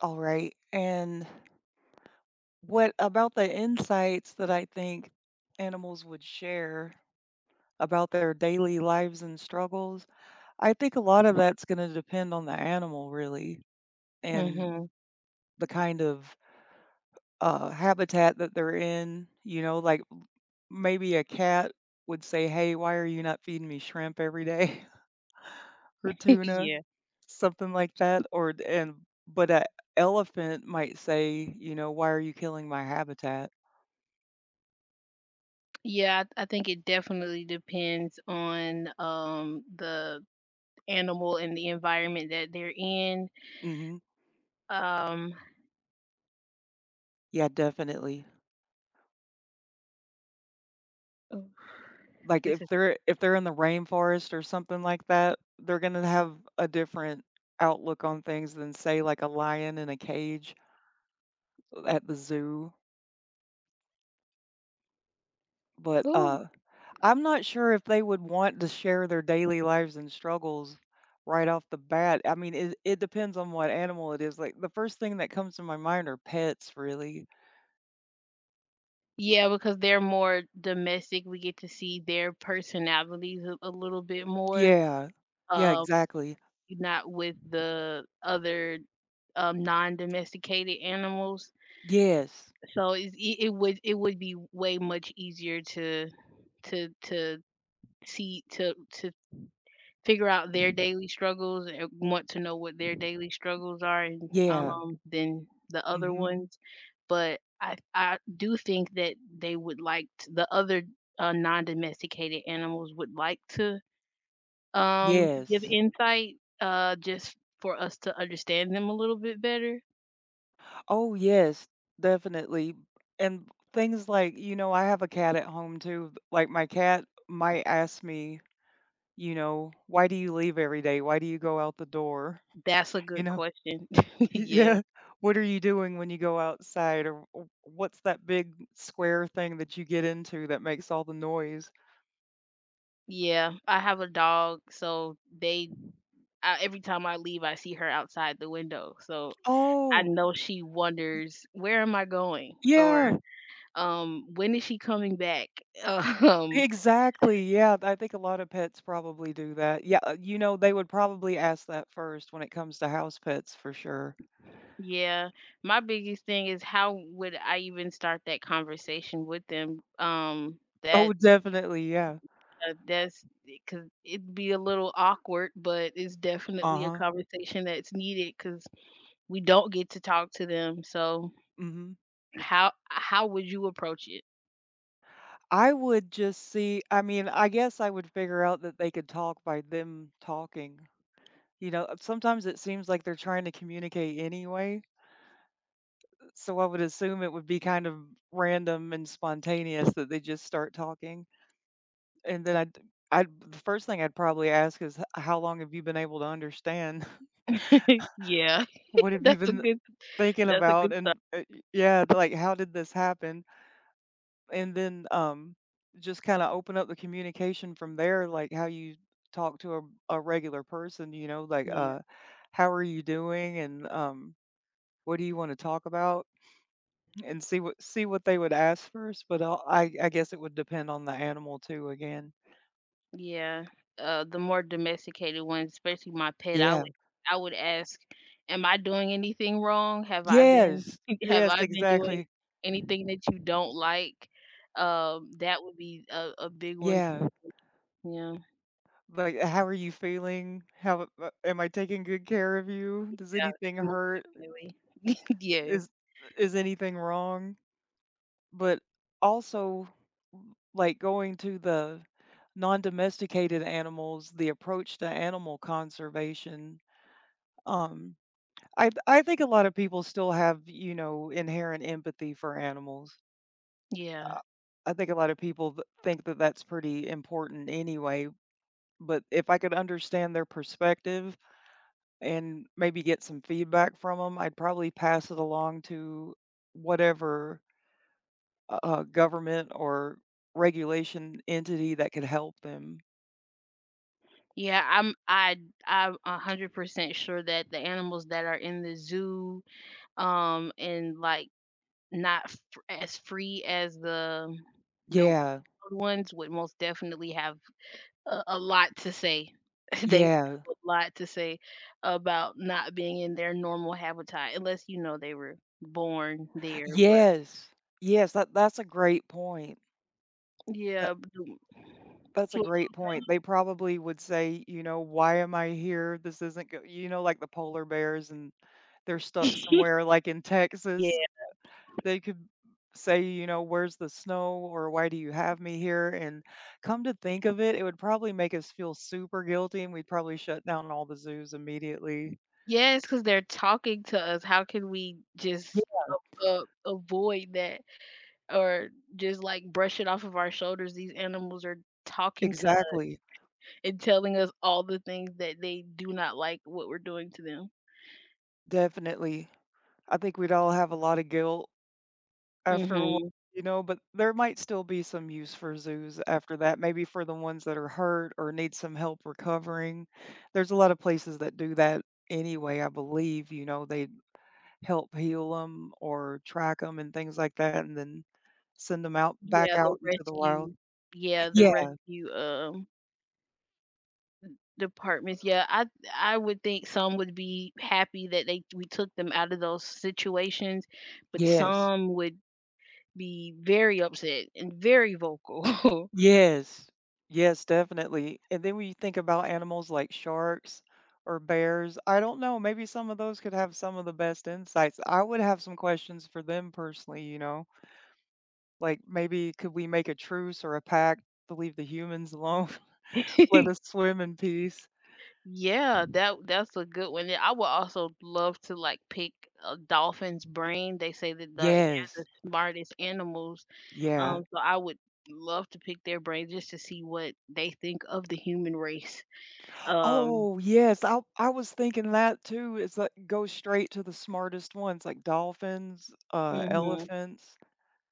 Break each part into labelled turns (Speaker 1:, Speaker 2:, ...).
Speaker 1: All right. And what about the insights that I think animals would share about their daily lives and struggles? I think a lot of that's going to depend on the animal, really, and
Speaker 2: Mhm.
Speaker 1: the kind of habitat that they're in. You know, like maybe a cat would say, "Hey, why are you not feeding me shrimp every day or tuna?"
Speaker 2: Yeah.
Speaker 1: Something like that. Or, and, but an elephant might say, "You know, why are you killing my habitat?"
Speaker 2: Yeah, I think it definitely depends on the animal and the environment that they're in.
Speaker 1: Hmm.
Speaker 2: Um
Speaker 1: Yeah, definitely.
Speaker 2: oof,
Speaker 1: Like if
Speaker 2: this is
Speaker 1: they're if they're in the rainforest or something like that, they're gonna have a different outlook on things than say like a lion in a cage at the zoo. But
Speaker 2: whew.
Speaker 1: I'm not sure if they would want to share their daily lives and struggles right off the bat. I mean, it depends on what animal it is. Like the first thing that comes to my mind are pets, really.
Speaker 2: Yeah, because they're more domestic, we get to see their personalities a little bit more.
Speaker 1: Yeah. Yeah,
Speaker 2: Um
Speaker 1: exactly.
Speaker 2: not with the other non-domesticated animals.
Speaker 1: Yes.
Speaker 2: So it would be way much easier to see to figure out their daily struggles and want to know what their daily struggles are
Speaker 1: Yeah.
Speaker 2: than the other
Speaker 1: Mhm.
Speaker 2: ones, but I do think that they would like t the other, non-domesticated animals would like to, give
Speaker 1: Yes.
Speaker 2: insight, just for us to understand them a little bit better.
Speaker 1: Oh, yes, definitely. And things like, you know, I have a cat at home too. Like my cat might ask me, you know, "Why do you leave every day? Why do you go out the door?"
Speaker 2: That's a
Speaker 1: You
Speaker 2: good
Speaker 1: know,
Speaker 2: question. Yeah.
Speaker 1: yeah. What are you doing when you go outside? Or "what's that big square thing that you get into that makes all the noise?"
Speaker 2: Yeah, I have a dog, so they I every time I leave, I see her outside the window, so I
Speaker 1: Oh,
Speaker 2: know she wonders, "Where am I going?" or,
Speaker 1: yeah,
Speaker 2: "When is she coming back?" Um,
Speaker 1: exactly. Yeah, I think a lot of pets probably do that. Yeah, you know, they would probably ask that first when it comes to house pets for sure.
Speaker 2: yeah, my biggest thing is how would I even start that conversation with them?
Speaker 1: Oh, definitely, yeah.
Speaker 2: That's because 'cause it'd be a little awkward, but it's definitely a
Speaker 1: Uh-huh.
Speaker 2: conversation that's needed because we don't get to talk to them. So,
Speaker 1: Mhm.
Speaker 2: how would you approach it?
Speaker 1: I would just see, I mean, I guess I would figure out that they could talk by them talking. You know, sometimes it seems like they're trying to communicate anyway, so I would assume it would be kind of random and spontaneous that they just start talking. And then I'd the first thing I'd probably ask is, "H how long have you been able to understand?
Speaker 2: Yeah.
Speaker 1: What have you
Speaker 2: That's a
Speaker 1: been
Speaker 2: good
Speaker 1: thinking
Speaker 2: that's a good
Speaker 1: about?"
Speaker 2: start.
Speaker 1: And, yeah, like, "How did this happen?" And then just kind of open up the communication from there, like how you talk to a regular person, you know, like
Speaker 2: Yeah.
Speaker 1: how are you doing, and what do you want to talk about, and see what they would ask first. But I'll, I guess it would depend on the animal too. Again,
Speaker 2: Yeah, the more domesticated ones, especially my pet,
Speaker 1: yeah,
Speaker 2: I would ask, "Am I doing anything wrong? Have I been
Speaker 1: yes,
Speaker 2: have
Speaker 1: yes,
Speaker 2: I been doing
Speaker 1: exactly,
Speaker 2: anything that you don't like?" That would be a big one.
Speaker 1: yeah.
Speaker 2: Yeah, yeah,
Speaker 1: Like, how are you feeling? How, am I taking good care of you? Does anything
Speaker 2: most
Speaker 1: hurt?
Speaker 2: definitely.
Speaker 1: Is
Speaker 2: Yes,
Speaker 1: is anything wrong? But also like going to the non-domesticated animals, the approach to animal conservation. Um, I think a lot of people still have, you know, inherent empathy for animals.
Speaker 2: yeah,
Speaker 1: Uh, I think a lot of people think that that's pretty important anyway. But if I could understand their perspective and maybe get some feedback from them, I'd probably pass it along to whatever government or regulation entity that could help them.
Speaker 2: yeah. I'm 100% sure that the animals that are in the zoo, and like Not f as free as the old
Speaker 1: Yeah.
Speaker 2: ones would most definitely have a lot to say. They would
Speaker 1: Yeah.
Speaker 2: have a lot to say about not being in their normal habitat, unless they were born there, but
Speaker 1: Yes. Yes, that that's a great point. That
Speaker 2: yeah,
Speaker 1: that's a great point. They probably would say, you know, "Why am I here? This isn't go—" You know, like the polar bears and they're stuck somewhere like in Texas.
Speaker 2: Yeah.
Speaker 1: They could say, you know, "Where's the snow?" or "Why do you have me here?" And come to think of it, it would probably make us feel super guilty and we'd probably shut down all the zoos immediately.
Speaker 2: Yes, because 'cause they're talking to us. How can we just
Speaker 1: Yeah,
Speaker 2: a avoid that or just, like, brush it off of our shoulders? These animals are talking to
Speaker 1: exactly.
Speaker 2: and telling us all the things that they do not like what we're doing to them.
Speaker 1: Definitely. I think we'd all have a lot of guilt after a while,
Speaker 2: Mhm.
Speaker 1: you know, but there might still be some use for zoos after that, maybe for the ones that are hurt or need some help recovering. There's a lot of places that do that anyway, I believe. You know, they help heal them or track them and things like that and then send them out back
Speaker 2: Yeah, the
Speaker 1: out into the wild.
Speaker 2: rescue yeah, the
Speaker 1: Yeah,
Speaker 2: rescue departments. Yeah, I would think some would be happy that they we took them out of those situations, but
Speaker 1: yes.
Speaker 2: some would be very upset and very vocal.
Speaker 1: Yes. Yes, definitely. And then when you think about animals like sharks or bears, I don't know, maybe some of those could have some of the best insights. I would have some questions for them personally, you know, like maybe could we make a truce or a pact to leave the humans alone? Let us swim in peace.
Speaker 2: Yeah, that's a good one. Yeah, I would also love to, like, pick a dolphin's brain. They say that they're
Speaker 1: Yes.
Speaker 2: the smartest animals.
Speaker 1: Yeah.
Speaker 2: So I would love to pick their brain just to see what they think of the human race. Um,
Speaker 1: Oh, yes. I was thinking that too. It's like go straight to the smartest ones, like dolphins,
Speaker 2: mhm,
Speaker 1: elephants,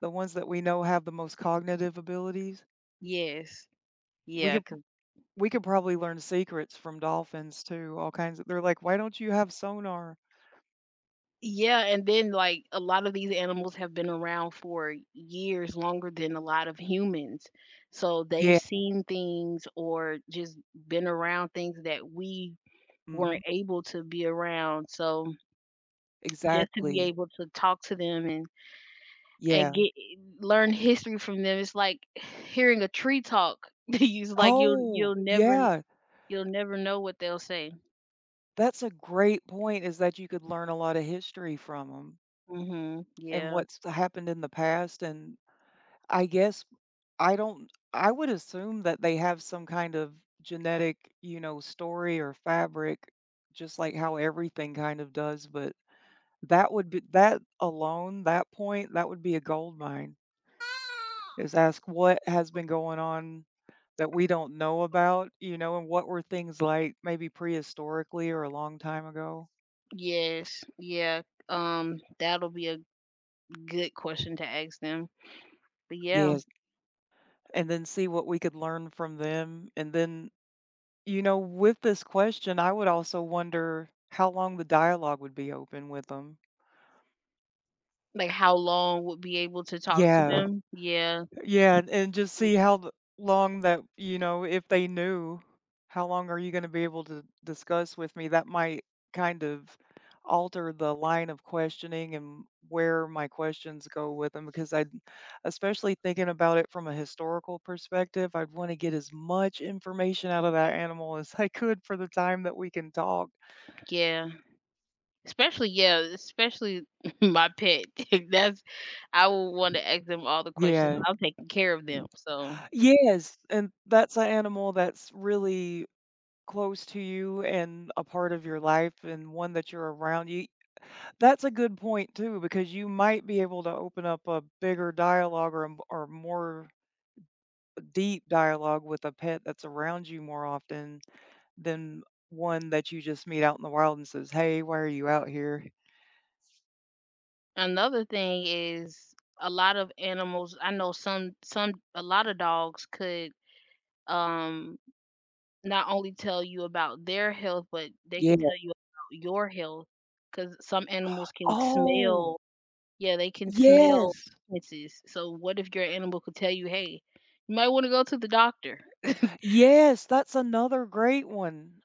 Speaker 1: the ones that we know have the most cognitive abilities.
Speaker 2: yes,
Speaker 1: We
Speaker 2: yeah,
Speaker 1: could
Speaker 2: 'cause
Speaker 1: we could probably learn secrets from dolphins too, all kinds of, they're like, "Why don't you have sonar?"
Speaker 2: yeah, and then like a lot of these animals have been around for years longer than a lot of humans, so they've
Speaker 1: Yeah,
Speaker 2: seen things or just been around things that we
Speaker 1: mhm,
Speaker 2: weren't able to be around. So just to be
Speaker 1: exactly,
Speaker 2: able to talk to them and
Speaker 1: yeah.
Speaker 2: get learn history from them. It's like hearing a tree talk. It's like
Speaker 1: Oh, yeah,
Speaker 2: you'll never know what they'll say.
Speaker 1: that's a great point, is that you could learn a lot of history from them
Speaker 2: Mhm.
Speaker 1: and
Speaker 2: Yeah.
Speaker 1: what's happened in the past, and I guess I don't, I would assume that they have some kind of genetic, you know, story or fabric, just like how everything kind of does, but that would be, that alone, that point, that would be a goldmine, is ask what has been going on that we don't know about, you know, and what were things like maybe prehistorically or a long time ago.
Speaker 2: Yes. Yeah. That'll be a good question to ask them. But yeah,
Speaker 1: Yes. And then see what we could learn from them. And then, you know, with this question, I would also wonder how long the dialogue would be open with them.
Speaker 2: like how long would be able to talk to
Speaker 1: Yeah.
Speaker 2: them? Yeah.
Speaker 1: Yeah, and just see
Speaker 2: w-
Speaker 1: how th— long, that, you know, if they knew, how long are you gonna be able to discuss with me? That might kind of alter the line of questioning and where my questions go with them, because I'd, especially thinking about it from a historical perspective, I'd wanna get as much information out of that animal as I could for the time that we can talk.
Speaker 2: Yeah. Especially Yeah, especially my pet. That's I would want to ask them all the questions.
Speaker 1: Yeah.
Speaker 2: I'm taking care of them. So
Speaker 1: Yes, and that's an animal that's really close to you and a part of your life and one that you're around, you, that's a good point too, because you might be able to open up a bigger dialogue or a m- or more deep dialogue with a pet that's around you more often than one that you just meet out in the wild and says, "Hey, why are you out here?"
Speaker 2: another thing is a lot of animals, I know some a lot of dogs could, um, not only tell you about their health, but they could
Speaker 1: Yeah.
Speaker 2: tell you about your health, because some animals can
Speaker 1: Oh
Speaker 2: smell yeah, they can smell
Speaker 1: yes,
Speaker 2: differences. So what if your animal could tell you, "Hey, you might wanna go to the doctor."
Speaker 1: yes, that's another great one.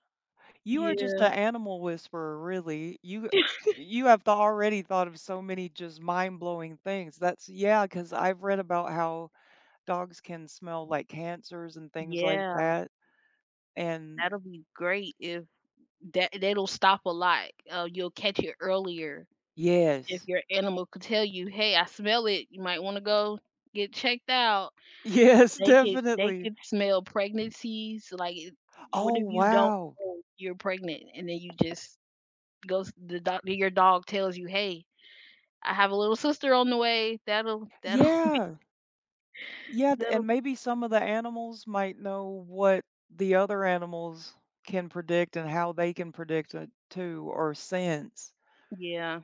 Speaker 1: You are just
Speaker 2: Yeah.
Speaker 1: an animal whisperer, really. You have already thought of so many just mind-blowing things. That's, yeah, because 'cause I've read about how dogs can smell like cancers and things like
Speaker 2: Yeah,
Speaker 1: that. And
Speaker 2: that'll be great if that'll stop a lot. You'll catch it earlier if
Speaker 1: yes.
Speaker 2: your animal could tell you, "Hey, I smell it, you might wanna go get checked out."
Speaker 1: Yes,
Speaker 2: They
Speaker 1: definitely.
Speaker 2: could smell pregnancies, like, it what
Speaker 1: Oh,
Speaker 2: if you don't
Speaker 1: wow.
Speaker 2: know you're pregnant and then you just goes the dog your dog tells you, "Hey, I have a little sister on the way." That'll that'll
Speaker 1: Yeah. Yeah, and
Speaker 2: that'll
Speaker 1: maybe some of the animals might know what the other animals can predict and how they can predict it too, or sense.
Speaker 2: Yeah,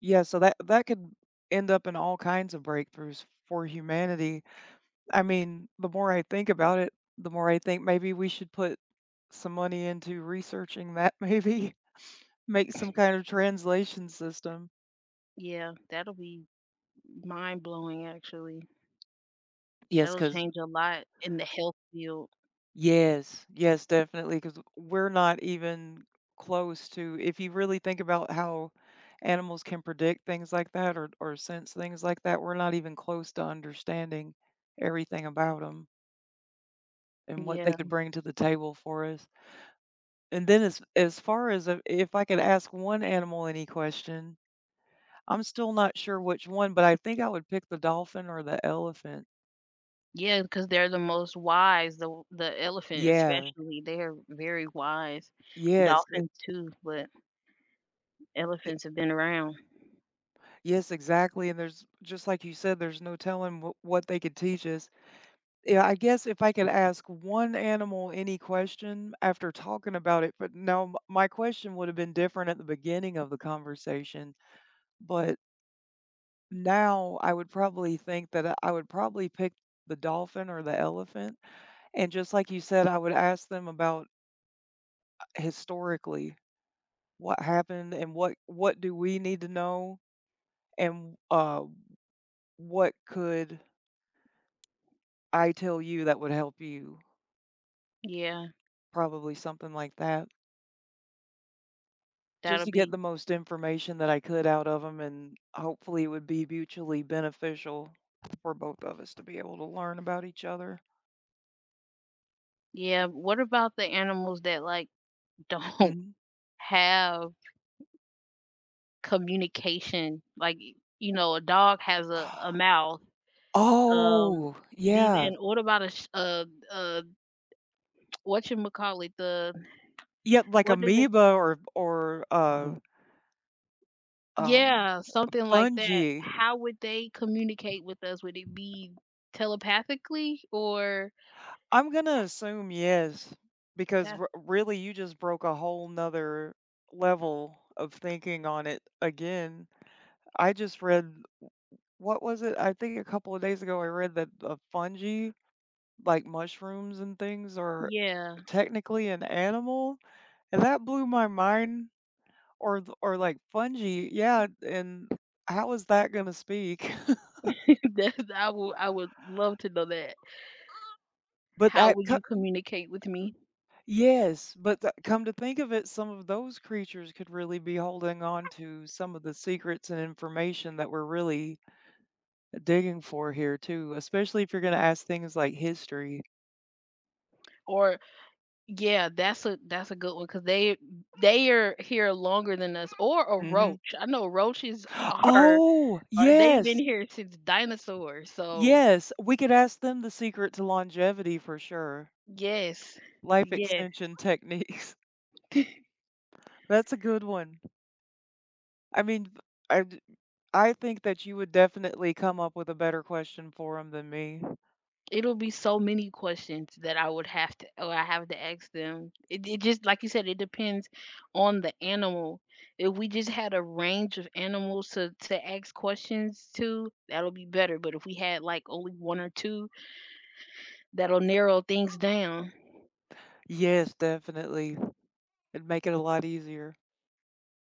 Speaker 1: Yeah, so that that could end up in all kinds of breakthroughs for humanity. I mean, the more I think about it, the more I think maybe we should put some money into researching that maybe make some kind of translation system.
Speaker 2: yeah, that'll be mind blowing, actually.
Speaker 1: Yes,
Speaker 2: That'll
Speaker 1: cuz
Speaker 2: change a lot in the health field.
Speaker 1: yes, yes, definitely, cuz we're not even close to, if you really think about how animals can predict things like that or sense things like that, we're not even close to understanding everything about them, and what they
Speaker 2: Yeah.
Speaker 1: could bring to the table for us. And then as far as, if I could ask one animal any question, I'm still not sure which one, but I think I would pick the dolphin or the elephant.
Speaker 2: Yeah, because 'cause they're the most wise, the elephant
Speaker 1: Yeah.
Speaker 2: especially, they're very wise.
Speaker 1: Yes. It—
Speaker 2: Dolphins too, but
Speaker 1: it—
Speaker 2: elephants have been around.
Speaker 1: yes, exactly. And there's, just like you said, there's no telling what they could teach us. Yeah, I guess if I could ask one animal any question, after talking about it, but no, my question would have been different at the beginning of the conversation. But now, I would probably think that I would probably pick the dolphin or the elephant, and just like you said, I would ask them about historically what happened and what do we need to know, and, what could I tell you that would help you?
Speaker 2: Yeah,
Speaker 1: Probably something like that, just
Speaker 2: that'll
Speaker 1: to get the
Speaker 2: be
Speaker 1: most information that I could out of them, and hopefully it would be mutually beneficial for both of us to be able to learn about each other.
Speaker 2: Yeah, what about the animals that, like, don't
Speaker 1: Mhm.
Speaker 2: have communication? Like, a dog has a mouth, um,
Speaker 1: Oh,
Speaker 2: these
Speaker 1: yeah.
Speaker 2: and what about a sh uh, what you call it the
Speaker 1: Yep, like
Speaker 2: what do they
Speaker 1: amoeba or, mhm, um,
Speaker 2: Yeah, something like that.
Speaker 1: fungi.
Speaker 2: How would they communicate with us? Would it be telepathically or
Speaker 1: I'm gonna assume yes, because
Speaker 2: that
Speaker 1: r really you just broke a whole, whole 'nother level of thinking on it again. I just read, what was it? I think a couple of days ago I read that the fungi, like mushrooms and things, are
Speaker 2: yeah.
Speaker 1: technically an animal, and that blew my mind. Or th— or like fungi, yeah, and how is that gonna speak?
Speaker 2: That's I would love to know that.
Speaker 1: But
Speaker 2: How
Speaker 1: that
Speaker 2: would
Speaker 1: c—
Speaker 2: you communicate with me?
Speaker 1: yes, but th— come to think of it, some of those creatures could really be holding on to some of the secrets and information that we're really digging for here too, especially if you're gonna ask things like history.
Speaker 2: Or Yeah, that's a good one because they are here longer than us or a
Speaker 1: Mhm.
Speaker 2: roach. I know roaches
Speaker 1: Oh,
Speaker 2: are they've been
Speaker 1: yes,
Speaker 2: here since dinosaurs. So,
Speaker 1: yes, we could ask them the secret to longevity for sure.
Speaker 2: yes.
Speaker 1: Life
Speaker 2: Yes.
Speaker 1: extension techniques. That's a good one. I mean, b— I d— I think that you would definitely come up with a better question for them than me.
Speaker 2: It'll be so many questions that I have to ask them. It, just like you said, it depends on the animal. If we just had a range of animals to ask questions to, that'll be better. But if we had like only one or two, that'll narrow things down.
Speaker 1: Yes, definitely. It'd make it a lot easier.